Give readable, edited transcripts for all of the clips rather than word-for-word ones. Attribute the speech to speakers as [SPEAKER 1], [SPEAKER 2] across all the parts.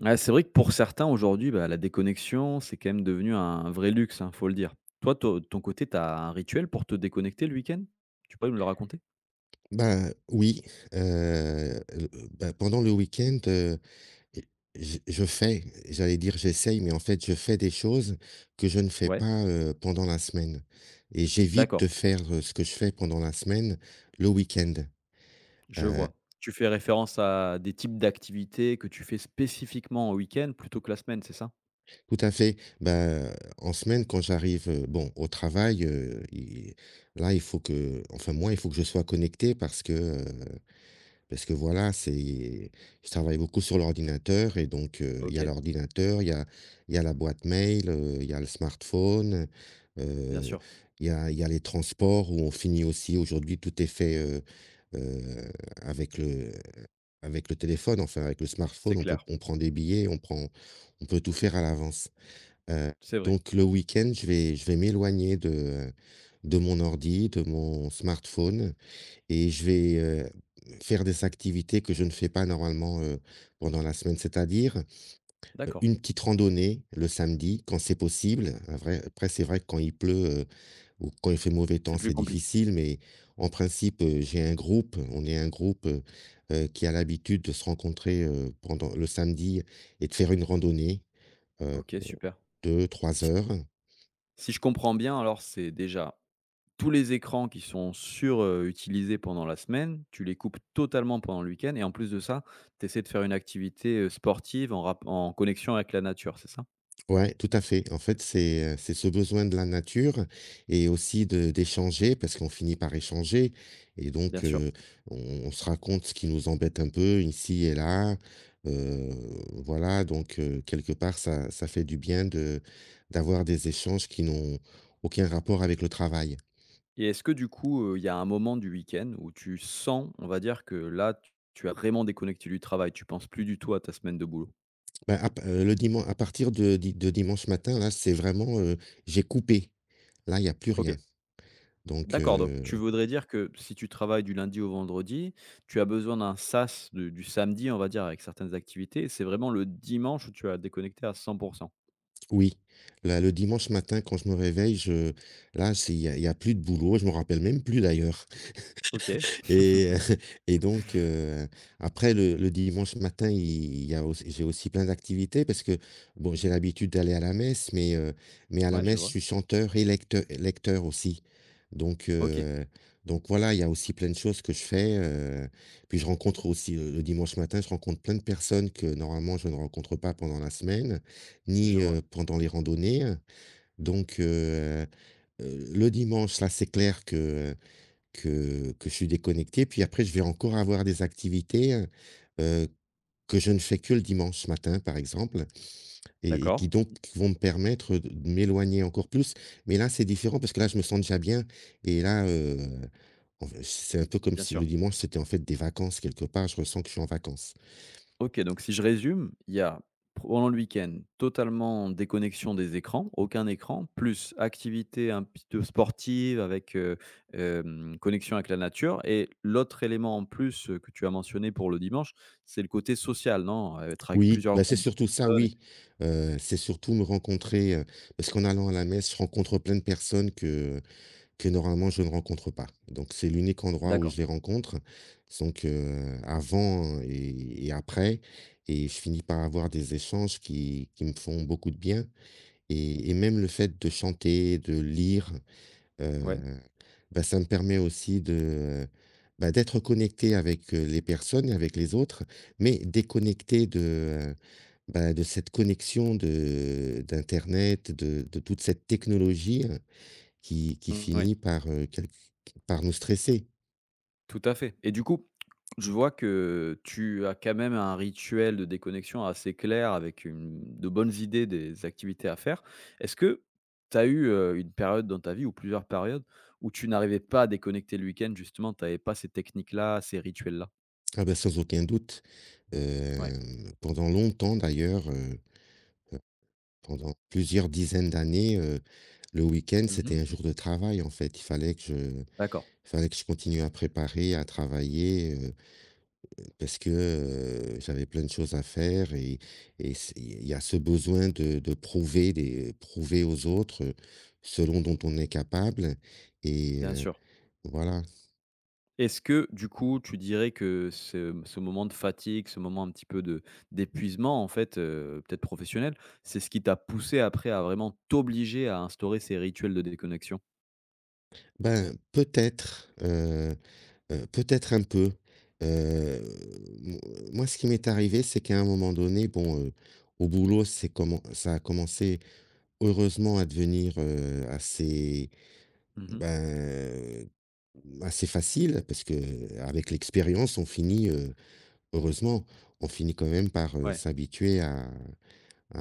[SPEAKER 1] Ouais, c'est vrai que pour certains aujourd'hui, bah, la déconnexion, c'est quand même devenu un vrai luxe, hein, faut le dire. Toi, to de ton côté, tu as un rituel pour te déconnecter le week-end? Tu peux me le raconter?
[SPEAKER 2] Bah, oui, le bah, pendant le week-end, je fais, j'allais dire j'essaye, mais en fait, je fais des choses que je ne fais
[SPEAKER 1] Ouais,
[SPEAKER 2] pas, pendant la semaine et j'évite de
[SPEAKER 1] d'accord,
[SPEAKER 2] faire, ce que je fais pendant la semaine, le week-end.
[SPEAKER 1] je
[SPEAKER 2] Heu,
[SPEAKER 1] vois. Tu fais référence à des types d'activités que tu fais spécifiquement en week-end plutôt que la semaine, c'est ça?
[SPEAKER 2] Tout à fait. Bah, en semaine, quand j'arrive, bon, au travail, i là, il faut que enfin moi, il faut que je sois connecté parce que, parce que voilà, c'est je travaille beaucoup sur l'ordinateur et donc il y a
[SPEAKER 1] OK,
[SPEAKER 2] l'ordinateur, il y a la boîte mail, il y a le smartphone,
[SPEAKER 1] bien
[SPEAKER 2] heu,
[SPEAKER 1] sûr,
[SPEAKER 2] il y a les transports où on finit aussi aujourd'hui tout est fait, heu, avec le avec le téléphone, enfin avec le
[SPEAKER 1] c'est
[SPEAKER 2] smartphone,
[SPEAKER 1] clair,
[SPEAKER 2] on prend des billets, on peut tout faire à l'avance. Heu,
[SPEAKER 1] c'est vrai.
[SPEAKER 2] donc le week-end, je vais m'éloigner de mon ordi, de mon smartphone, et je vais, faire des activités que je ne fais pas normalement, pendant la semaine. C'est-à-dire,
[SPEAKER 1] D'accord,
[SPEAKER 2] une petite randonnée le samedi quand c'est possible. Un vrai Après c'est vrai que quand il pleut, ou quand il fait mauvais
[SPEAKER 1] c'est
[SPEAKER 2] temps,
[SPEAKER 1] plus
[SPEAKER 2] c'est
[SPEAKER 1] compliqué.
[SPEAKER 2] difficile, mais en principe, j'ai un groupe, on est un groupe, qui a l'habitude de se rencontrer, pendant le samedi et de faire une randonnée, heu,
[SPEAKER 1] OK, super.
[SPEAKER 2] 2-3
[SPEAKER 1] Si
[SPEAKER 2] heures.
[SPEAKER 1] si je comprends bien, alors c'est déjà. Tous les écrans qui sont utilisés pendant la semaine, tu les coupes totalement pendant le week-end et en plus de ça, tu essaies de faire une activité, sportive en connexion avec la nature, c'est ça?
[SPEAKER 2] Ouais, tout à fait. En fait, c'est ce besoin de la nature et aussi de d'échanger, parce qu'on finit par échanger et
[SPEAKER 1] Bien
[SPEAKER 2] donc,
[SPEAKER 1] sûr.
[SPEAKER 2] on on se raconte ce qui nous embête un peu ici et là, heu, voilà. Donc, quelque part ça fait du bien de d'avoir des échanges qui n'ont aucun rapport avec le travail.
[SPEAKER 1] Et est-ce que du coup, il y a un moment du week-end où tu sens, on va dire que là, tu as vraiment déconnecté du travail, tu penses plus du tout à ta semaine de boulot?
[SPEAKER 2] À partir de dimanche matin là, c'est vraiment, j'ai coupé. Là, il y a plus rien,
[SPEAKER 1] OK,
[SPEAKER 2] donc.
[SPEAKER 1] d'accord, donc tu voudrais dire que si tu travailles du lundi au vendredi, tu as besoin d'un sas de du samedi, on va dire, avec certaines activités et c'est vraiment le dimanche où tu as déconnecté à 100.
[SPEAKER 2] Oui, là, le dimanche matin, quand je me réveille, je là, c'est il y a plus de boulot. Je me rappelle même plus d'ailleurs.
[SPEAKER 1] OK.
[SPEAKER 2] Et et donc, après le dimanche matin, il y a aussi j'ai aussi plein d'activités parce que, bon, j'ai l'habitude d'aller à la messe, mais, mais à la
[SPEAKER 1] Ouais, je
[SPEAKER 2] messe, je
[SPEAKER 1] vois.
[SPEAKER 2] suis chanteur et lecteur aussi. Donc
[SPEAKER 1] OK,
[SPEAKER 2] heu, donc voilà, il y a aussi plein de choses que je fais, puis je rencontre aussi le dimanche matin, je rencontre plein de personnes que normalement je ne rencontre pas pendant la semaine,
[SPEAKER 1] je
[SPEAKER 2] ni,
[SPEAKER 1] vois.
[SPEAKER 2] pendant les randonnées. Donc, le dimanche, là, c'est clair que je suis déconnecté, puis après je vais encore avoir des activités, heu, que je ne fais que le dimanche matin, par exemple, et
[SPEAKER 1] D'accord,
[SPEAKER 2] qui donc qui vont me permettre de m'éloigner encore plus. Mais là, c'est différent parce que là, je me sens déjà bien et là, en fait, c'est un peu comme
[SPEAKER 1] bien
[SPEAKER 2] si le
[SPEAKER 1] sûr.
[SPEAKER 2] dimanche, c'était en fait des vacances quelque part, je ressens que je suis en vacances.
[SPEAKER 1] OK, donc si je résume, il y a pendant le week-end, totalement déconnexion des écrans, aucun écran, plus activité un petit peu sportive avec, connexion avec la nature et l'autre élément en plus, que tu as mentionné pour le dimanche, c'est le côté social, non? Être avec
[SPEAKER 2] Oui,
[SPEAKER 1] plusieurs
[SPEAKER 2] bah, c'est
[SPEAKER 1] groupes de
[SPEAKER 2] surtout ça,
[SPEAKER 1] personnes.
[SPEAKER 2] oui, c'est surtout me rencontrer, parce qu'en allant à la messe, je rencontre plein de personnes que normalement je ne rencontre pas. Donc c'est l'unique endroit où je
[SPEAKER 1] D'accord.
[SPEAKER 2] les rencontre. Donc, avant et après, et je finis par avoir des échanges qui me font beaucoup de bien, et même le fait de chanter, de lire,
[SPEAKER 1] Ouais,
[SPEAKER 2] heu, bah, ça me permet aussi de, bah, d'être connecté avec, les personnes et avec les autres, mais déconnecté de, bah, de cette connexion de d'internet, de toute cette technologie. Qui
[SPEAKER 1] ouais,
[SPEAKER 2] finit par, quelque par nous stresser.
[SPEAKER 1] tout à fait et du coup je vois que tu as quand même un rituel de déconnexion assez clair avec une de bonnes idées des activités à faire. Est-ce que tu as eu, une période dans ta vie ou plusieurs périodes où tu n'arrivais pas à déconnecter le week-end justement, tu avais pas ces techniques-là, ces rituels-là?
[SPEAKER 2] Ah bah, sans aucun doute.
[SPEAKER 1] Ouais.
[SPEAKER 2] Pendant longtemps d'ailleurs, pendant plusieurs dizaines d'années, le week-end, c'était un
[SPEAKER 1] Mmh.
[SPEAKER 2] jour de travail en fait. Il
[SPEAKER 1] D'accord,
[SPEAKER 2] fallait que je continue à préparer, à travailler, parce que, j'avais plein de choses à faire, et c'est, il y a ce besoin de prouver, des prouver aux autres, ce dont on est capable, et,
[SPEAKER 1] bien sûr.
[SPEAKER 2] voilà.
[SPEAKER 1] Est-ce que du coup, tu dirais que ce moment de fatigue, ce moment un petit peu de d'épuisement en fait, peut-être professionnel, c'est ce qui t'a poussé après à vraiment t'obliger à instaurer ces rituels de déconnexion?
[SPEAKER 2] Ben, peut-être un peu. Heu, mo Moi, ce qui m'est arrivé, c'est qu'à un moment donné, bon, au boulot, c'est comment ça a commencé, heureusement, à devenir,
[SPEAKER 1] Mmh.
[SPEAKER 2] ben, assez facile parce que, avec l'expérience, on finit, heureusement, on finit quand même par,
[SPEAKER 1] Ouais,
[SPEAKER 2] s'habituer à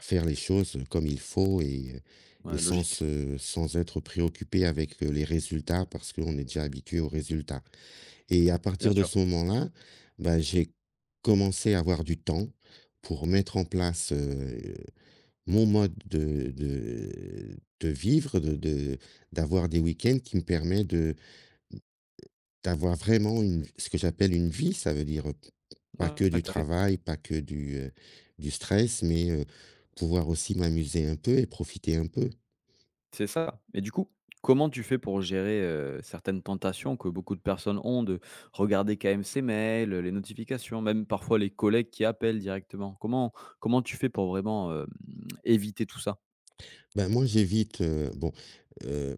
[SPEAKER 2] faire les choses comme il faut, et
[SPEAKER 1] ouais, logique,
[SPEAKER 2] sans être préoccupé avec, les résultats, parce qu'on est déjà habitué aux résultats, et à
[SPEAKER 1] bien
[SPEAKER 2] partir de
[SPEAKER 1] sûr.
[SPEAKER 2] ce moment-là, ben, j'ai commencé à avoir du temps pour mettre en place, mon mode de vivre, de d'avoir des week-ends qui me permet de D'avoir vraiment une ce que j'appelle une vie, ça veut dire,
[SPEAKER 1] Ouais,
[SPEAKER 2] pas que
[SPEAKER 1] ouais,
[SPEAKER 2] du
[SPEAKER 1] tout à fait.
[SPEAKER 2] travail, pas que du stress, mais, pouvoir aussi m'amuser un peu et profiter un peu.
[SPEAKER 1] C'est ça et du coup, comment tu fais pour gérer, certaines tentations que beaucoup de personnes ont de regarder quand même ses mails, les notifications, même parfois les collègues qui appellent directement? Comment tu fais pour vraiment, éviter tout ça?
[SPEAKER 2] Ben, moi j'évite, bon, hem,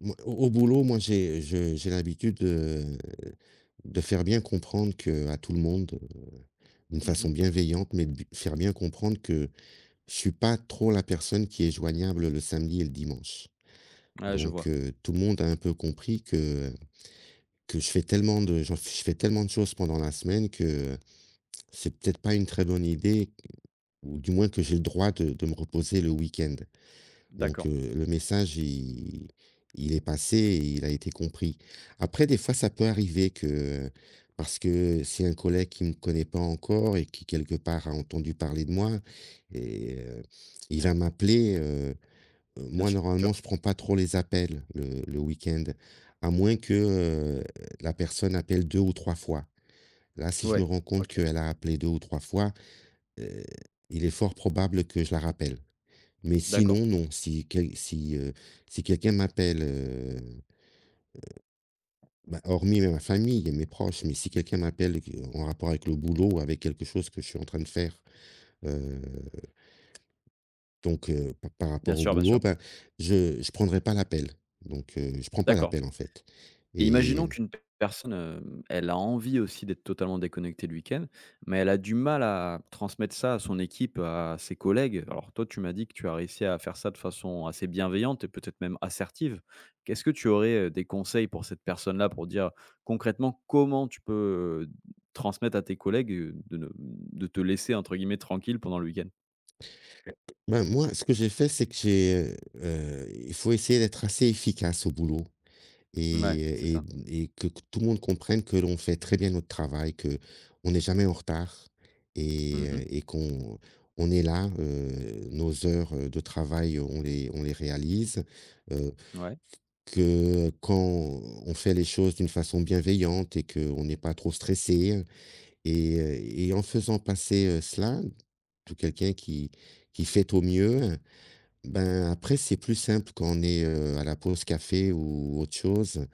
[SPEAKER 2] moi au boulot, moi j'ai l'habitude de faire bien comprendre que à tout le monde, d'une
[SPEAKER 1] Mmh
[SPEAKER 2] façon
[SPEAKER 1] mh.
[SPEAKER 2] bienveillante, mais b faire bien comprendre que je suis pas trop la personne qui est joignable le samedi et le dimanche.
[SPEAKER 1] Ouais, je
[SPEAKER 2] Donc,
[SPEAKER 1] vois.
[SPEAKER 2] tout le monde a un peu compris que je fais tellement de choses pendant la semaine que, c'est peut-être pas une très bonne idée, ou du moins que j'ai le droit de me reposer le week-end. Donc,
[SPEAKER 1] D'accord,
[SPEAKER 2] le message, il est passé et il a été compris. Après des fois ça peut arriver que, parce que c'est un collègue qui ne me connaît pas encore et qui quelque part a entendu parler de moi, et, il va m'appeler.
[SPEAKER 1] bien
[SPEAKER 2] Moi,
[SPEAKER 1] sûr.
[SPEAKER 2] normalement, je prends pas trop les appels le week-end, à moins que, heu, la personne appelle 2 ou 3 fois. Là, si je me
[SPEAKER 1] Ouais,
[SPEAKER 2] rends compte
[SPEAKER 1] OK.
[SPEAKER 2] qu'elle a appelé 2 ou 3 fois, heu, il est fort probable que je la rappelle. Mais
[SPEAKER 1] D'accord.
[SPEAKER 2] sinon, non, si quelqu'un m'appelle, bah, hormis ma famille et mes proches, mais si quelqu'un m'appelle, en rapport avec le boulot, avec quelque chose que je suis en train de faire, euh, donc, par
[SPEAKER 1] Bien
[SPEAKER 2] rapport au
[SPEAKER 1] sûr, bien
[SPEAKER 2] boulot,
[SPEAKER 1] sûr.
[SPEAKER 2] ben, je prendrai pas l'appel. Donc, je prends pas
[SPEAKER 1] D'accord.
[SPEAKER 2] l'appel, en fait,
[SPEAKER 1] Et
[SPEAKER 2] et
[SPEAKER 1] imaginons qu'une p personne, elle a envie aussi d'être totalement déconnectée le week-end, mais elle a du mal à transmettre ça à son équipe, à ses collègues. Alors toi, tu m'as dit que tu as réussi à faire ça de façon assez bienveillante et peut-être même assertive. Qu'est-ce que tu aurais, des conseils pour cette personne-là pour dire concrètement comment tu peux, transmettre à tes collègues, de ne de te «laisser» entre guillemets tranquille pendant le week-end?
[SPEAKER 2] ben, moi, ce que j'ai fait, c'est que j'ai, il faut essayer d'être assez efficace au boulot.
[SPEAKER 1] Ouais, c'est
[SPEAKER 2] Et
[SPEAKER 1] ça.
[SPEAKER 2] et et que tout le monde comprenne que l'on fait très bien notre travail, que on n'est jamais en retard, et
[SPEAKER 1] Mmh.
[SPEAKER 2] heu et qu'on on est là, nos heures, de travail, on les réalise, heu,
[SPEAKER 1] Ouais,
[SPEAKER 2] que quand on fait les choses d'une façon bienveillante et qu'on n'est pas trop stressé, et en faisant passer, cela, tout quelqu'un qui fait au mieux, ben, après c'est plus simple quand on est, à la pause café ou autre chose,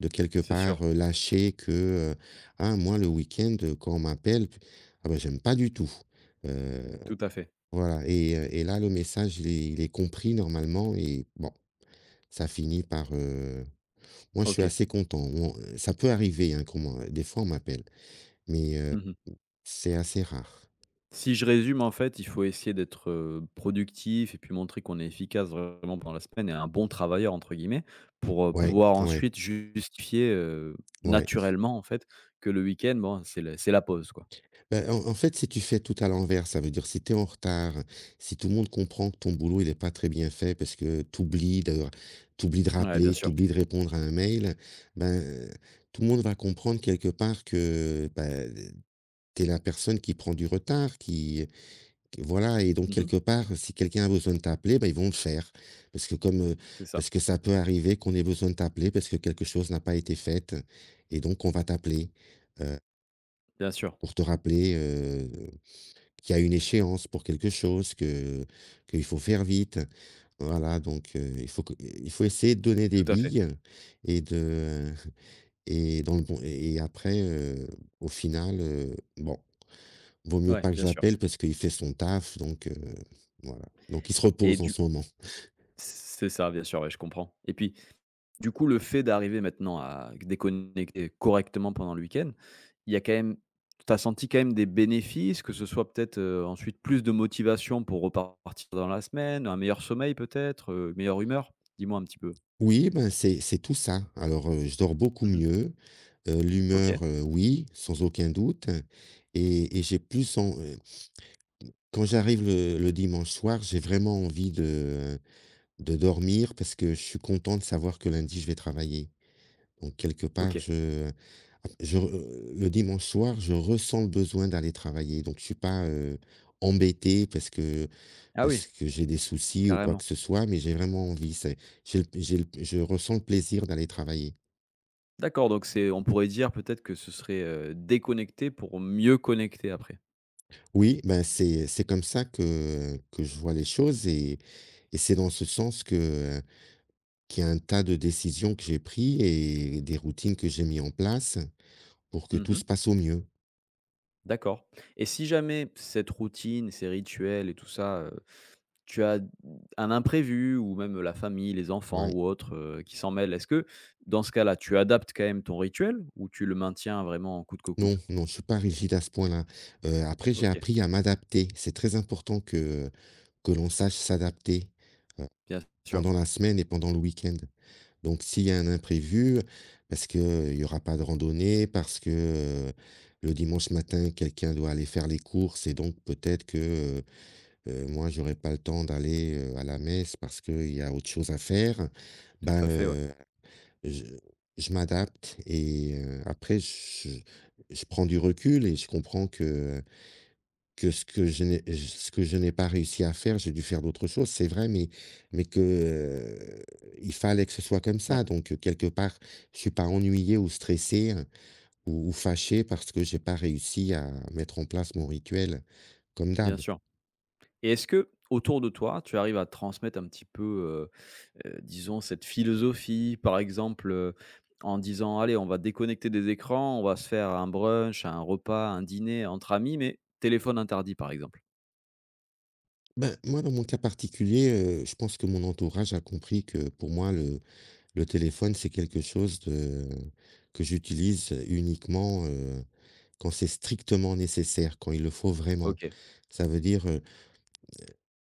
[SPEAKER 2] de quelque
[SPEAKER 1] c'est sûr,
[SPEAKER 2] part, lâcher que, ah moi le week-end, quand on m'appelle, ah ben j'aime pas du tout. Heu,
[SPEAKER 1] tout à fait.
[SPEAKER 2] voilà, et là le message, il est compris normalement, et bon, ça finit par, moi je suis
[SPEAKER 1] OK.
[SPEAKER 2] assez content. On Ça peut arriver, hein, qu'on m'en des fois on m'appelle, mais,
[SPEAKER 1] Mmh.
[SPEAKER 2] c'est assez rare.
[SPEAKER 1] Si je résume, en fait, il faut essayer d'être, productif et puis montrer qu'on est efficace vraiment pendant la semaine et «un bon travailleur» entre guillemets pour,
[SPEAKER 2] Ouais,
[SPEAKER 1] pouvoir
[SPEAKER 2] ouais,
[SPEAKER 1] ensuite justifier,
[SPEAKER 2] ouais.
[SPEAKER 1] naturellement, en fait, que le week-end, bon, c'est la pause, quoi.
[SPEAKER 2] Bah, en fait, si tu fais tout à l'envers, ça veut dire si tu es en retard, si tout le monde comprend que ton boulot, il est pas très bien fait parce que tu oublies de tu de
[SPEAKER 1] Ouais, bien
[SPEAKER 2] rappeler, tu
[SPEAKER 1] sûr.
[SPEAKER 2] oublies de répondre à un mail, ben, tout le monde va comprendre quelque part que, ben, tu es la personne qui prend du retard, qui voilà, et donc
[SPEAKER 1] Mmh.
[SPEAKER 2] quelque part, si quelqu'un a besoin de t'appeler, ben ils vont le faire. Parce que comme, heu,
[SPEAKER 1] C'est ça.
[SPEAKER 2] parce que ça peut arriver qu'on ait besoin de t'appeler parce que quelque chose n'a pas été faite, et donc on va t'appeler, heu,
[SPEAKER 1] Bien sûr.
[SPEAKER 2] pour te rappeler, euh, qu'il y a une échéance pour quelque chose, que qu'il faut faire vite. Voilà, donc, il faut essayer de donner des
[SPEAKER 1] Tout à fait.
[SPEAKER 2] billes et de et dans le bon, et après, au final, bon, vaut mieux
[SPEAKER 1] Ouais,
[SPEAKER 2] pas que
[SPEAKER 1] bien
[SPEAKER 2] je
[SPEAKER 1] sûr
[SPEAKER 2] l'appelle parce qu'il fait son taf, donc, voilà. Donc il se
[SPEAKER 1] et
[SPEAKER 2] repose en
[SPEAKER 1] du
[SPEAKER 2] ce moment.
[SPEAKER 1] c'est ça, bien sûr, ouais, je comprends et puis du coup, le fait d'arriver maintenant à déconnecter correctement pendant le week-end, il y a quand même tu as senti quand même des bénéfices, que ce soit peut-être, ensuite plus de motivation pour repartir dans la semaine, un meilleur sommeil peut-être, meilleure humeur? Dis-moi un petit peu.
[SPEAKER 2] Oui, ben, c'est tout ça. Alors, je dors beaucoup
[SPEAKER 1] Mmh.
[SPEAKER 2] mieux,
[SPEAKER 1] OK,
[SPEAKER 2] l'humeur, oui, sans aucun doute, et j'ai plus en quand j'arrive le dimanche soir, j'ai vraiment envie de dormir parce que je suis content de savoir que lundi, je vais travailler. Donc quelque part,
[SPEAKER 1] OK.
[SPEAKER 2] je le dimanche soir, je ressens le besoin d'aller travailler. Donc je suis pas, embêté parce que
[SPEAKER 1] Ah oui,
[SPEAKER 2] parce que j'ai des soucis ou quoi que
[SPEAKER 1] carrément.
[SPEAKER 2] ce soit, mais j'ai vraiment envie. C'est j'ai le je ressens le plaisir d'aller travailler.
[SPEAKER 1] D'accord, donc c'est on pourrait dire peut-être que ce serait, déconnecter pour mieux connecter après.
[SPEAKER 2] Oui, ben, c'est comme ça que je vois les choses et c'est dans ce sens que, heu, qu'il y a un tas de décisions que j'ai pris et des routines que j'ai mis en place pour que tout
[SPEAKER 1] Mmh.
[SPEAKER 2] se passe au mieux.
[SPEAKER 1] D'accord et si jamais cette routine, ces rituels et tout ça, tu as un imprévu ou même la famille, les enfants
[SPEAKER 2] Ouais.
[SPEAKER 1] ou autres, qui s'en mêlent, est-ce que dans ce cas-là, tu adaptes quand même ton rituel ou tu le maintiens vraiment en coûte que
[SPEAKER 2] Non,
[SPEAKER 1] coûte?
[SPEAKER 2] non, je suis pas rigide à ce point-là. Après, j'ai
[SPEAKER 1] OK,
[SPEAKER 2] appris à m'adapter. C'est très important que l'on sache s'adapter, heu,
[SPEAKER 1] bien sûr,
[SPEAKER 2] pendant la semaine et pendant le week-end. Donc s'il y a un imprévu, parce qu'il y aura pas de randonnée, parce que, heu, le dimanche matin, quelqu'un doit aller faire les courses et donc peut-être que, heu moi, j'aurai pas le temps d'aller, à la messe parce qu'il y a autre chose à faire,
[SPEAKER 1] tout
[SPEAKER 2] ben,
[SPEAKER 1] à fait, ouais.
[SPEAKER 2] heu je je m'adapte et après je prends du recul et je comprends que ce que je n'ai ce que je n'ai pas réussi à faire, j'ai dû faire d'autres choses, c'est vrai, mais que, il fallait que ce soit comme
[SPEAKER 1] Ouais,
[SPEAKER 2] ça donc, quelque part, je suis pas ennuyé ou stressé, ou fâché parce que j'ai pas réussi à mettre en place mon rituel comme
[SPEAKER 1] bien
[SPEAKER 2] d'hab.
[SPEAKER 1] sûr et est-ce que autour de toi, tu arrives à transmettre un petit peu, disons cette philosophie, par exemple, en disant: «Allez, on va déconnecter des écrans, on va se faire un brunch, un repas, un dîner entre amis, mais téléphone interdit», par exemple?
[SPEAKER 2] Ben, moi, dans mon cas particulier, je pense que mon entourage a compris que pour moi le téléphone, c'est quelque chose de que j'utilise uniquement, quand c'est strictement nécessaire, quand il le faut vraiment.
[SPEAKER 1] OK,
[SPEAKER 2] Ça veut dire,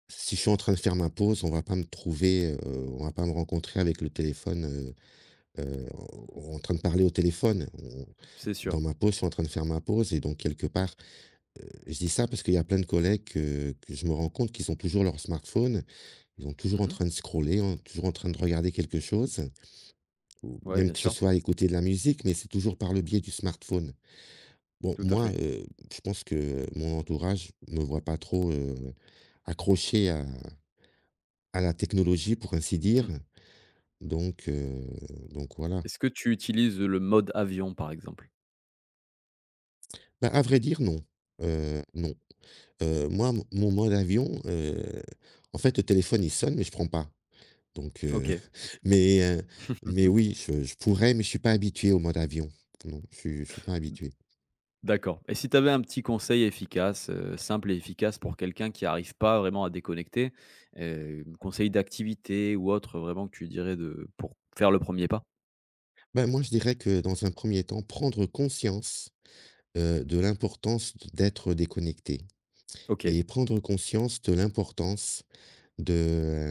[SPEAKER 2] si je suis en train de faire ma pause, on va pas me trouver, on va pas me rencontrer avec le téléphone, heu, en en train de parler au téléphone. On
[SPEAKER 1] c'est
[SPEAKER 2] Dans
[SPEAKER 1] sûr.
[SPEAKER 2] ma pause, je suis en train de faire ma pause et donc quelque part, je dis ça parce qu'il y a plein de collègues que je me rends compte qu'ils ont toujours leur smartphone, ils sont toujours en
[SPEAKER 1] Mmh.
[SPEAKER 2] train de scroller, en toujours en train de regarder quelque chose. Ou
[SPEAKER 1] Ouais,
[SPEAKER 2] même
[SPEAKER 1] bien
[SPEAKER 2] que ce
[SPEAKER 1] sûr,
[SPEAKER 2] soit écouter de la musique, mais c'est toujours par le biais du smartphone. Bon,
[SPEAKER 1] tout à
[SPEAKER 2] moi,
[SPEAKER 1] fait.
[SPEAKER 2] je pense que mon entourage ne me voit pas trop, accroché à la technologie, pour ainsi dire,
[SPEAKER 1] Mmh.
[SPEAKER 2] donc heu, donc voilà.
[SPEAKER 1] Est-ce que tu utilises le mode avion, par exemple?
[SPEAKER 2] Bah, à vrai dire, non, non. Moi, mon mode avion, en fait, le téléphone, il sonne, mais je prends pas, donc heu,
[SPEAKER 1] OK,
[SPEAKER 2] mais heu, mais oui, je pourrais, mais je suis pas habitué au mode avion. Non, je suis pas habitué.
[SPEAKER 1] d'accord et si tu avais un petit conseil efficace, simple et efficace pour quelqu'un qui arrive pas vraiment à déconnecter, conseil d'activité ou autre, vraiment que tu dirais de pour faire le premier pas?
[SPEAKER 2] Ben moi, je dirais que dans un premier temps, prendre conscience, de l'importance d'être déconnecté
[SPEAKER 1] OK.
[SPEAKER 2] et prendre conscience de l'importance de,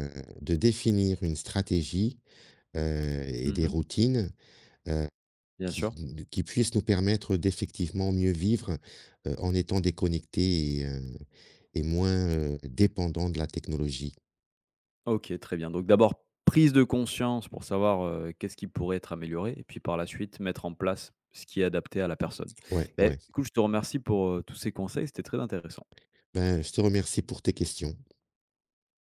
[SPEAKER 2] de définir une stratégie, et des
[SPEAKER 1] Mmh.
[SPEAKER 2] routines, heu,
[SPEAKER 1] Bien sûr.
[SPEAKER 2] qui qui puissent nous permettre d'effectivement mieux vivre, en étant déconnecté et moins, dépendants de la technologie.
[SPEAKER 1] OK, très bien. Donc d'abord, prise de conscience pour savoir, qu'est-ce qui pourrait être amélioré et puis par la suite, mettre en place ce qui est adapté à la personne.
[SPEAKER 2] Ouais, ouais.
[SPEAKER 1] Beh, écoute, je te remercie pour, tous ces conseils, c'était très intéressant.
[SPEAKER 2] Ben, je te remercie pour tes questions.